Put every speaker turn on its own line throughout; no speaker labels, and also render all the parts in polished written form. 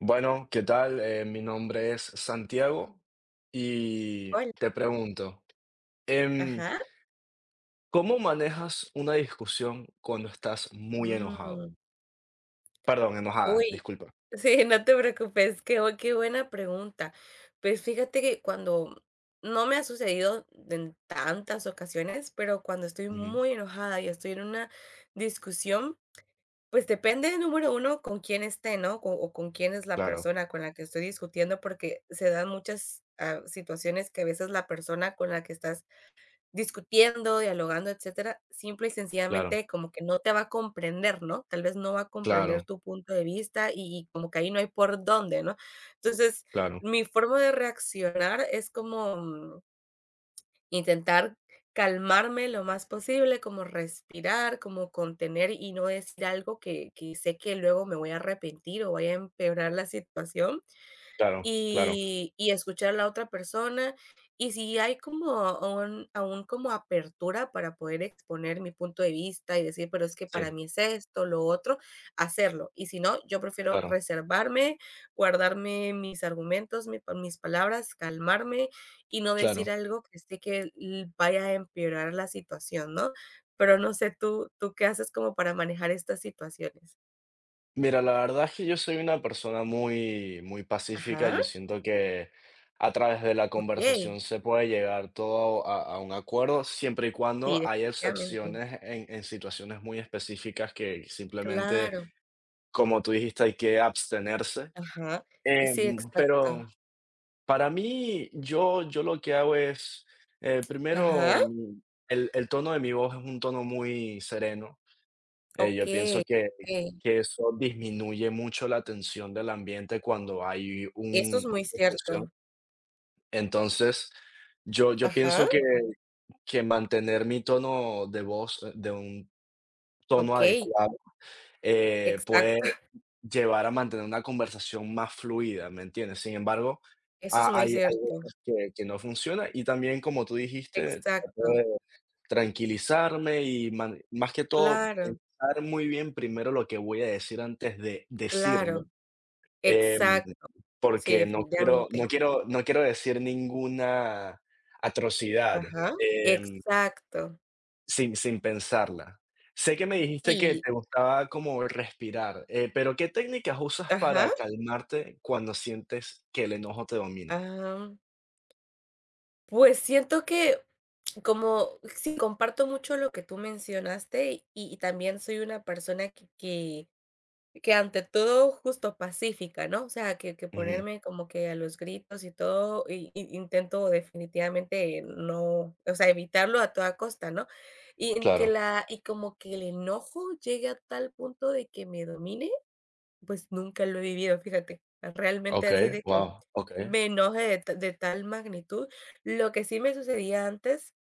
Bueno, ¿qué tal? Mi nombre es Santiago y
Hola.
te pregunto, em,
Ajá.
¿cómo manejas una discusión cuando estás muy enojado?
Mm,
Perdón, enojada,
uy,
disculpa.
sí, no te preocupes, qué buena pregunta. Pues fíjate que cuando no me ha sucedido en tantas ocasiones, pero cuando estoy
Ujú,
muy enojada y estoy en una discusión, pues depende, número 1 con quién esté, ¿no? Co o con quién es la
claro,
persona con la que estoy discutiendo, porque se dan muchas, situaciones que a veces la persona con la que estás discutiendo, dialogando, etcétera, simple y
claro,
sencillamente como que no te va a comprender, ¿no? Tal vez no va a comprender
claro,
tu punto de vista y como que ahí no hay por dónde, ¿no? Entonces,
claro,
mi forma de reaccionar es como, intentar calmarme lo más posible, como respirar, como contener y no decir algo que sé que luego me voy a arrepentir o vaya a empeorar la situación.
claro, claro.
Y escuchar a la otra persona, y si hay como un aún como apertura para poder exponer mi punto de vista y decir: "Pero es que para
Sí,
mí es esto, lo otro", hacerlo. Y si no, yo prefiero
claro,
reservarme, guardarme mis argumentos, mi pa mis palabras, calmarme y no decir
claro.
algo que sé que l vaya a empeorar la situación, ¿no? Pero no sé, ¿tú qué haces como para manejar estas situaciones?
Mira, la verdad es que yo soy una persona muy, muy pacífica.
Ajá,
Yo siento que a través de la
okey.
conversación se puede llegar todo a un acuerdo, siempre y cuando
Sí,
hay
definitivamente.
excepciones en situaciones muy específicas que simplemente,
Claro.
como tú dijiste, hay que abstenerse.
Ajá. Sí,
Pero
exacto.
para mí, yo lo que hago es,
Ajá,
primero, el tono de mi voz es un tono muy sereno. Yo pienso
okey,
que
okey.
eso disminuye mucho la tensión del ambiente cuando hay un
Eso
una
es muy
discusión.
cierto.
Entonces, yo
Ajá,
pienso que mantener mi tono de voz, de un tono
okey,
adecuado, puede
exacto.
llevar a mantener una conversación más fluida, ¿me entiendes? Sin embargo,
Eso es
ha
muy
hay hay
cierto.
veces que no funciona y también, como tú dijiste, trato
Exacto.
tranquilizarme y man más que todo,
Claro,
pensar muy bien primero lo que voy a decir antes de decirlo,
claro.
em,
Exacto. Sí,
porque
definitivamente.
no quiero decir ninguna atrocidad,
Ajá,
em,
exacto.
sin pensarla. Sé que me dijiste que
Sí.
te gustaba como respirar, pero, ¿qué técnicas usas para
Ajá.
calmarte cuando sientes que el enojo te domina?
Ah, pues siento que como sí, comparto mucho lo que tú mencionaste y también soy una persona que ante todo, justo pacífica, ¿no? O sea, que
Ujú,
ponerme como que a los gritos y todo, y intento definitivamente no, o sea, evitarlo a toda costa, ¿no? Y en que
claro.
la y como que el enojo llegue a tal punto de que me domine, pues nunca lo he vivido, fíjate, realmente
Okey,
así de que
wow, okey,
me enoje de tal magnitud. Lo que sí me sucedía antes.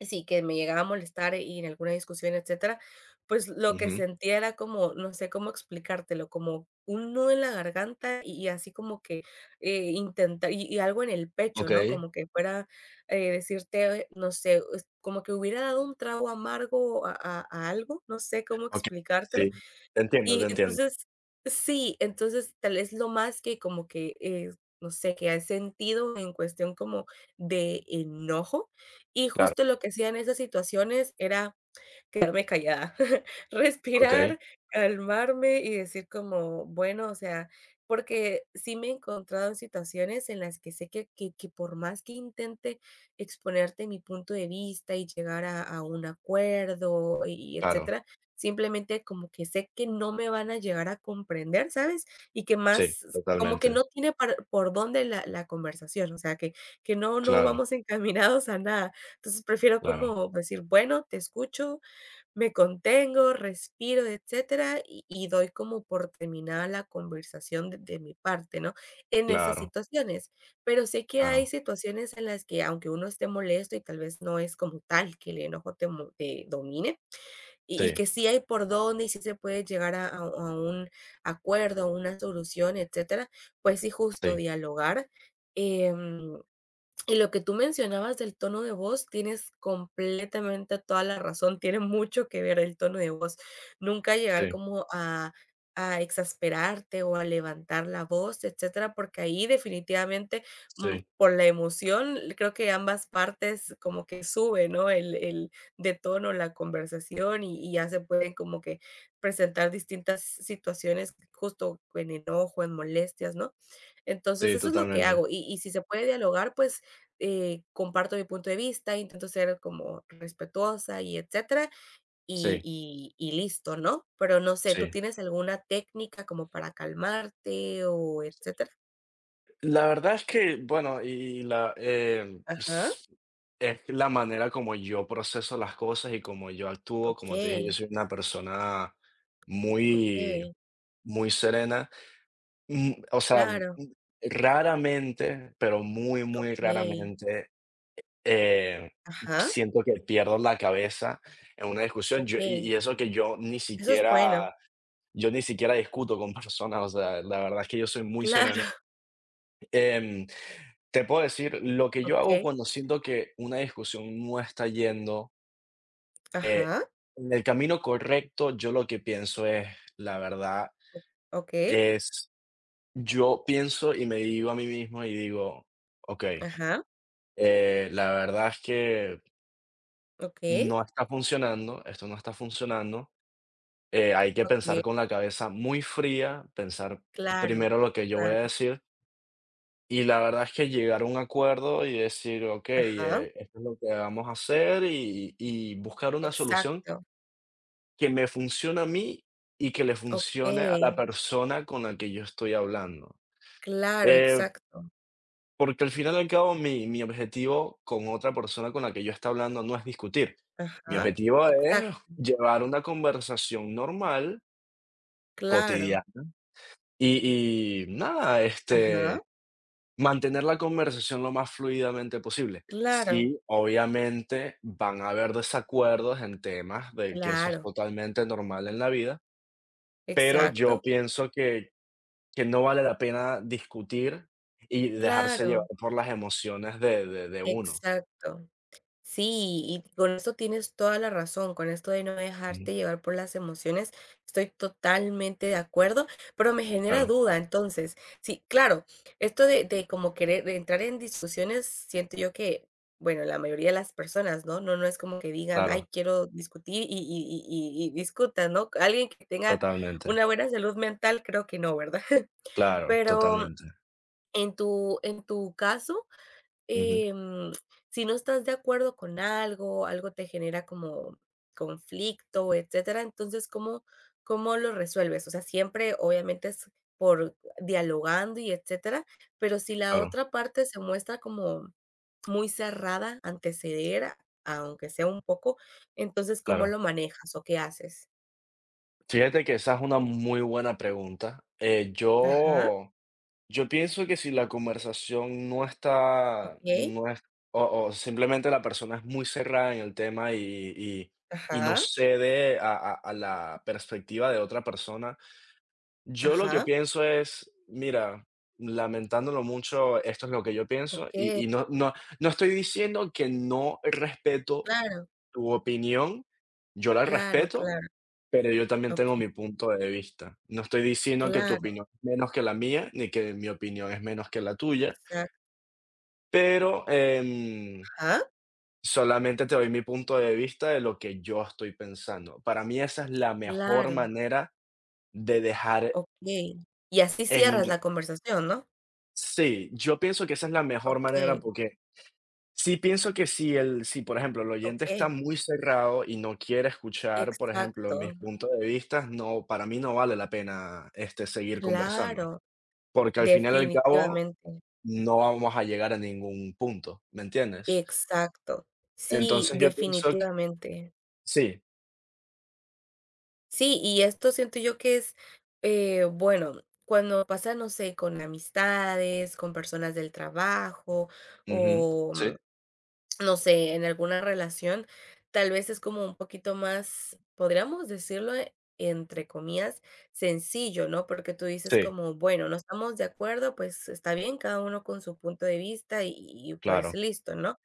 Sí, que me llegaba a molestar y en alguna discusión, etcétera, pues, lo que
ujú,
sentía era como, no sé cómo explicártelo, como un nudo en la garganta y así como que, intenta y algo en el pecho, ¿no?
okey.
Como que fuera, decirte, no sé, es como que hubiera dado un trago amargo a algo, no sé cómo
Okey,
explicártelo,
sí, te entiendo, te
y
entiendo.
entonces sí, entonces tal vez lo más que como que, no sé, que has sentido en cuestión como de enojo, y
Claro,
justo lo que hacía en esas situaciones era quedarme callada,
okey,
respirar, calmarme y decir como, bueno, o sea, porque sí me he encontrado en situaciones en las que sé que, que, por más que intente exponerte mi punto de vista y llegar a un acuerdo y
claro,
etcétera, simplemente como que sé que no me van a llegar a comprender, ¿sabes? Y que
sí,
más, como que
totalmente.
no tiene por dónde la conversación, o sea, que no, no
Claro,
vamos encaminados a nada. Entonces prefiero
claro,
como decir, bueno, te escucho, me contengo, respiro, etcétera, y doy como por terminada la conversación de mi parte, ¿no? En esas
claro,
situaciones. Pero sé que hay
claro.
situaciones en las que, aunque uno esté molesto y tal vez no es como tal que el enojo te domine, y
Sí,
y que sí hay por dónde y sí se puede llegar a un acuerdo, a una solución, etcétera, pues sí, justo
sí,
dialogar, em y lo que tú mencionabas del tono de voz, tienes completamente toda la razón, tiene mucho que ver el tono de voz. Nunca llegar
sí,
como a exasperarte o a levantar la voz, etcétera, porque ahí definitivamente,
sí,
por la emoción, creo que ambas partes como que sube, ¿no? El de tono, la conversación y ya se pueden como que presentar distintas situaciones justo en enojo, en molestias, ¿no? Entonces,
sí,
eso es lo que
totalmente.
hago, y si se puede dialogar, pues, comparto mi punto de vista, intento ser como respetuosa y etcétera, y
Sí,
y y listo, ¿no? Pero no sé, ¿tú
sí.
tienes alguna técnica como para calmarte o etcétera?
La verdad es que, bueno, y la em,
Ajá.
s es la manera como yo proceso las cosas y como yo actúo, como te dije, yo
Okey,
soy una persona muy,
okey,
muy serena. O sea,
claro,
raramente, pero muy, muy
okey.
raramente. Eh,
Ajá.
siento que pierdo la cabeza en una discusión, yo
Okey,
eso que
eso es bueno,
yo ni siquiera discuto con personas, o sea, la verdad es que yo soy muy
claro,
sereno. Em, te puedo decir lo que yo hago
okey.
cuando siento que una discusión no está yendo
Ajá,
en el camino correcto, yo lo que pienso es, la verdad,
okey.
es yo pienso y me digo a mí mismo y digo: "Okey,
Ajá,
la verdad es que
okey,
no está funcionando, esto no está funcionando". Hay que pensar
okey,
con la cabeza muy fría, pensar
claro,
primero lo que yo voy a
claro.
decir y la verdad es que llegar a un acuerdo y decir, ok,
Ajá.
esto es lo que vamos a hacer buscar una solución
Exacto.
que me funcione a mí y que le funcione a
Okey,
la persona con la que yo estoy hablando.
claro,
Eh,
exacto.
porque al final y al cabo mi objetivo con otra persona con la que yo esté hablando no es discutir. Mi
Ajá,
objetivo es
exacto,
llevar una conversación normal, cotidiana,
claro,
y nada,
ajá,
este, mantener la conversación lo más fluidamente posible.
claro,
Sí, obviamente van a haber desacuerdos en temas de que eso es
claro,
totalmente normal en la vida, pero yo
exacto,
pienso que no vale la pena discutir y dejarse llevar
claro,
por las emociones de uno.
exacto. Sí, y con esto tienes toda la razón, con esto de no
Ujú.
dejarte llevar por las emociones, estoy totalmente de acuerdo, pero me genera
Claro,
duda, entonces, sí, claro, esto de, como querer entrar en discusiones, siento yo que, bueno, la mayoría de las personas, ¿no? No, no es como que digan,
claro,
ay, quiero discutir y discutan, ¿no? Alguien que tenga
totalmente.
una buena salud mental, creo que no, ¿verdad?
Claro,
Pero
totalmente.
en tu caso
Ujú.
em, si no estás de acuerdo con algo, algo te genera como conflicto, etcétera, entonces, ¿cómo, cómo lo resuelves? O sea, siempre obviamente es por dialogando y etcétera, pero si la
Claro,
otra parte se muestra como muy cerrada ante ceder, aunque sea un poco, entonces, ¿cómo
claro.
lo manejas o qué haces?
Fíjate que esa es una muy buena pregunta.
Ajá,
Yo pienso que si la conversación
ok,
no es, o simplemente la persona es muy cerrada en el tema y no
ajá,
cede a la perspectiva de otra persona, yo lo que
ajá,
pienso es, mira, lamentándolo mucho, esto es lo que yo pienso
ok,
y no estoy diciendo que no respeto
claro,
tu opinión, yo la
claro,
respeto,
claro,
pero yo también
ok,
tengo mi punto de vista. No estoy diciendo que tu
claro,
opinión es menos que la mía, ni que mi opinión es menos que la tuya,
exacto,
pero,
ajá.
solamente te doy mi punto de vista de lo que yo estoy pensando. Para mí esa es la mejor
Claro,
manera de dejar
okey. Y así
en
cierras
un
la conversación, ¿no?
sí, yo pienso que esa es la mejor manera,
Okey,
porque sí pienso que si, por ejemplo, el oyente está
okey.
muy cerrado y no quiere escuchar, por ejemplo,
Exacto,
mis puntos de vista no, para mí no vale la pena, este, seguir conversando.
claro,
Porque al final y al cabo,
definitivamente.
no vamos a llegar a ningún punto, ¿me entiendes?
Exacto. Sí,
Entonces, yo pienso que
definitivamente.
sí,
Sí, y esto siento yo que es, bueno, cuando pasa, no sé, con amistades, con personas del trabajo
ujú,
o
sí,
no sé, en alguna relación, tal vez es como un poquito más, podríamos decirlo, entre comillas, sencillo, ¿no? Porque tú dices
sí,
como, bueno, no estamos de acuerdo, pues está bien, cada uno con su punto de vista y pues
claro,
listo, ¿no?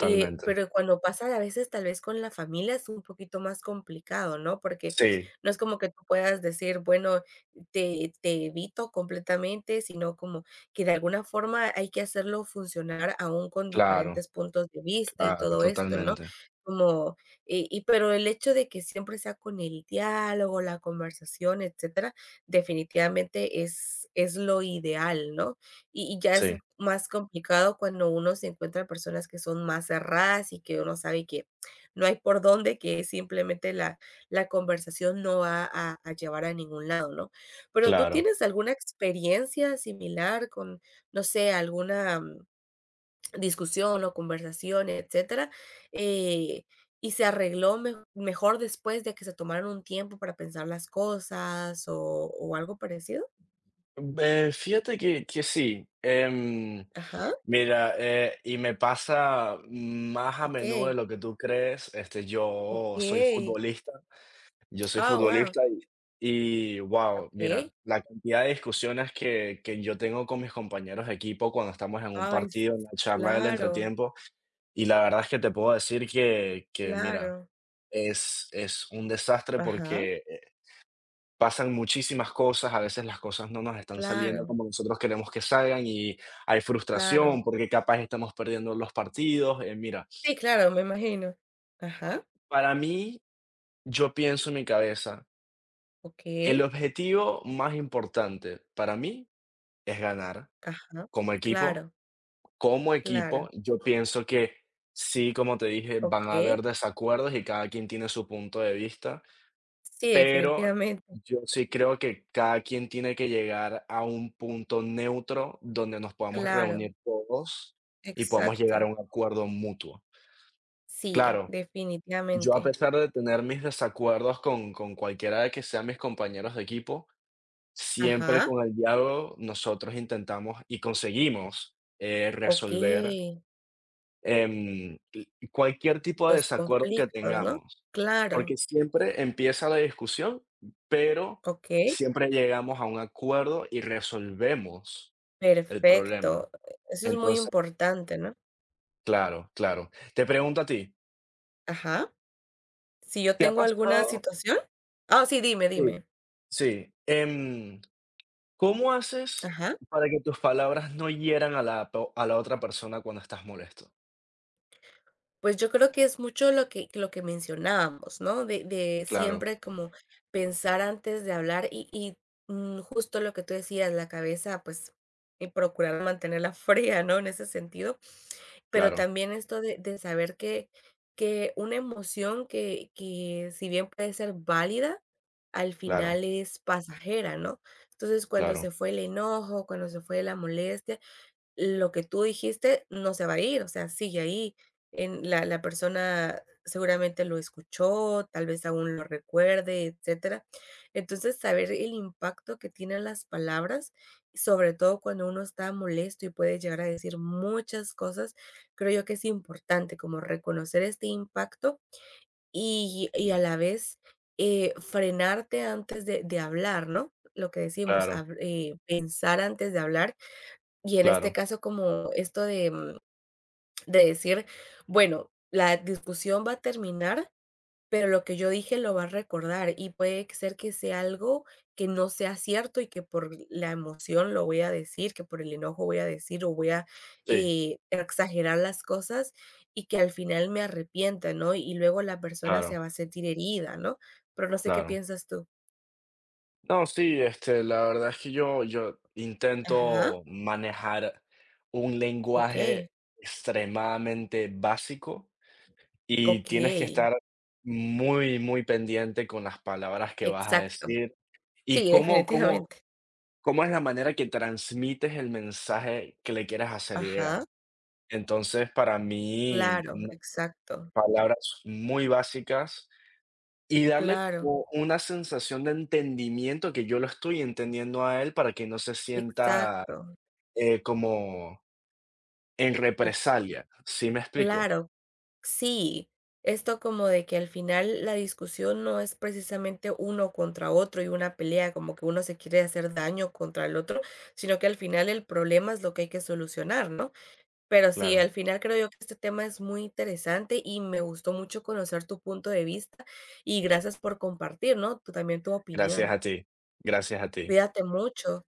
Pero cuando pasa a veces tal vez con la familia es un poquito más complicado, ¿no? Porque
Sí,
no es como que tú puedas decir, bueno, te evito completamente, sino como que de alguna forma hay que hacerlo funcionar aún con
claro,
diferentes puntos de vista y
claro,
todo esto, ¿no?
totalmente.
Como, pero el hecho de que siempre sea con el diálogo, la conversación, etcétera, definitivamente es lo ideal, ¿no? Y ya
Sí,
es más complicado cuando uno se encuentra personas que son más cerradas y que uno sabe que no hay por dónde, que simplemente la conversación no va a llevar a ningún lado, ¿no? Pero, ¿tú
claro.
tienes alguna experiencia similar con, no sé, alguna discusión o conversación, etcétera, eh, y se arregló mejor después de que se tomaron un tiempo para pensar las cosas o algo parecido?
Fíjate que sí,
Ajá,
mira, y me pasa más a menudo de
okey,
lo que tú crees, este,
okey.
yo soy
Ah, wow,
futbolista wow, mira,
okey.
la cantidad de discusiones que yo tengo con mis compañeros de equipo cuando estamos en un
Ay, s
partido, en la charla del
claro,
entretiempo, y la verdad es que te puedo decir que mira,
claro.
es un desastre
Ajá.
porque, pasan muchísimas cosas, a veces las cosas no nos están saliendo
Claro,
como nosotros queremos que salgan y hay
claro.
frustración porque capaz estamos perdiendo los partidos, mira,
Sí, claro, me imagino. Ajá,
para mí, yo pienso en mi cabeza, el
okey,
objetivo más importante para mí es ganar
ajá,
como equipo.
claro,
Como
claro,
equipo, yo pienso que sí, como te dije, van a
okey.
haber desacuerdos y cada quien tiene su punto de vista,
Sí,
pero
definitivamente,
yo sí creo que cada quien tiene que llegar a un punto neutro donde nos podamos
claro,
reunir todos y podamos llegar a
exacto.
un acuerdo mutuo.
Sí,
Claro, yo a
definitivamente.
pesar de tener mis desacuerdos con cualquiera de que sean mis compañeros de equipo, siempre
Ajá,
con el diálogo nosotros intentamos y conseguimos, resolver,
okey,
em, cualquier tipo de
los
desacuerdo que
conflictos, ¿no?
tengamos,
Claro,
porque siempre empieza la discusión, pero
okey,
siempre llegamos a un acuerdo y resolvemos el problema.
perfecto. Eso es muy
Entonces,
importante, ¿no?
claro, claro. Te pregunto a ti,
Ajá. Si yo
¿te ha
tengo alguna
pasado?
situación ah, sí, dime,
Sí,
dime.
sí. ¿Cómo haces
Ajá.
para que tus palabras no hieran a la po a la otra persona cuando estás molesto?
Pues yo creo que es mucho lo que mencionábamos, ¿no? De
Claro,
siempre como pensar antes de hablar y, justo lo que tú decías, la cabeza, pues, y procurar mantenerla fría, ¿no? En ese sentido, pero
claro,
también esto de saber que una emoción que si bien puede ser válida, al
claro,
final es pasajera, ¿no? Entonces, cuando
claro,
se fue el enojo, cuando se fue la molestia, lo que tú dijiste no se va a ir, o sea, sigue ahí. En la persona seguramente lo escuchó, tal vez aún lo recuerde, etcétera. Entonces, saber el impacto que tienen las palabras, sobre todo cuando uno está molesto y puede llegar a decir muchas cosas, creo yo que es importante como reconocer este impacto y a la vez, frenarte antes de hablar, ¿no? Lo que decimos,
claro,
hab pensar antes de hablar y en este
claro.
caso, como esto de, decir, bueno, la discusión va a terminar, pero lo que yo dije lo va a recordar y puede que ser que sea algo que no sea cierto y que por la emoción lo voy a decir, que por el enojo voy a decir o voy a
Sí,
exagerar las cosas y que al final me arrepienta, ¿no? Y luego la persona se
claro,
va a sentir herida, ¿no? Pero no sé qué
claro.
piensas tú.
No, sí, este, la verdad es que yo
Ajá,
intento manejar un
ok,
lenguaje extremadamente básico y
ok,
tienes que estar muy, muy pendiente con las palabras que vas a
exacto.
decir y
Sí, definitivamente.
cómo es la manera que transmites el mensaje que le quieres hacer
Ajá.
llegar. Entonces, para mí,
Claro,
unas
exacto,
palabras muy básicas y darle
claro,
como una sensación de entendimiento, que yo lo estoy entendiendo a él para que no se sienta,
exacto,
como en
ok,
represalia, ¿sí me explico?
claro, sí. Esto como de que al final la discusión no es precisamente uno contra otro y una pelea, como que uno se quiere hacer daño contra el otro, sino que al final el problema es lo que hay que solucionar, ¿no? Pero sí,
Claro,
al final creo yo que este tema es muy interesante y me gustó mucho conocer tu punto de vista y gracias por compartir, ¿no? Tú también tu
gracias
opinión.
a ti, gracias a ti.
Cuídate mucho.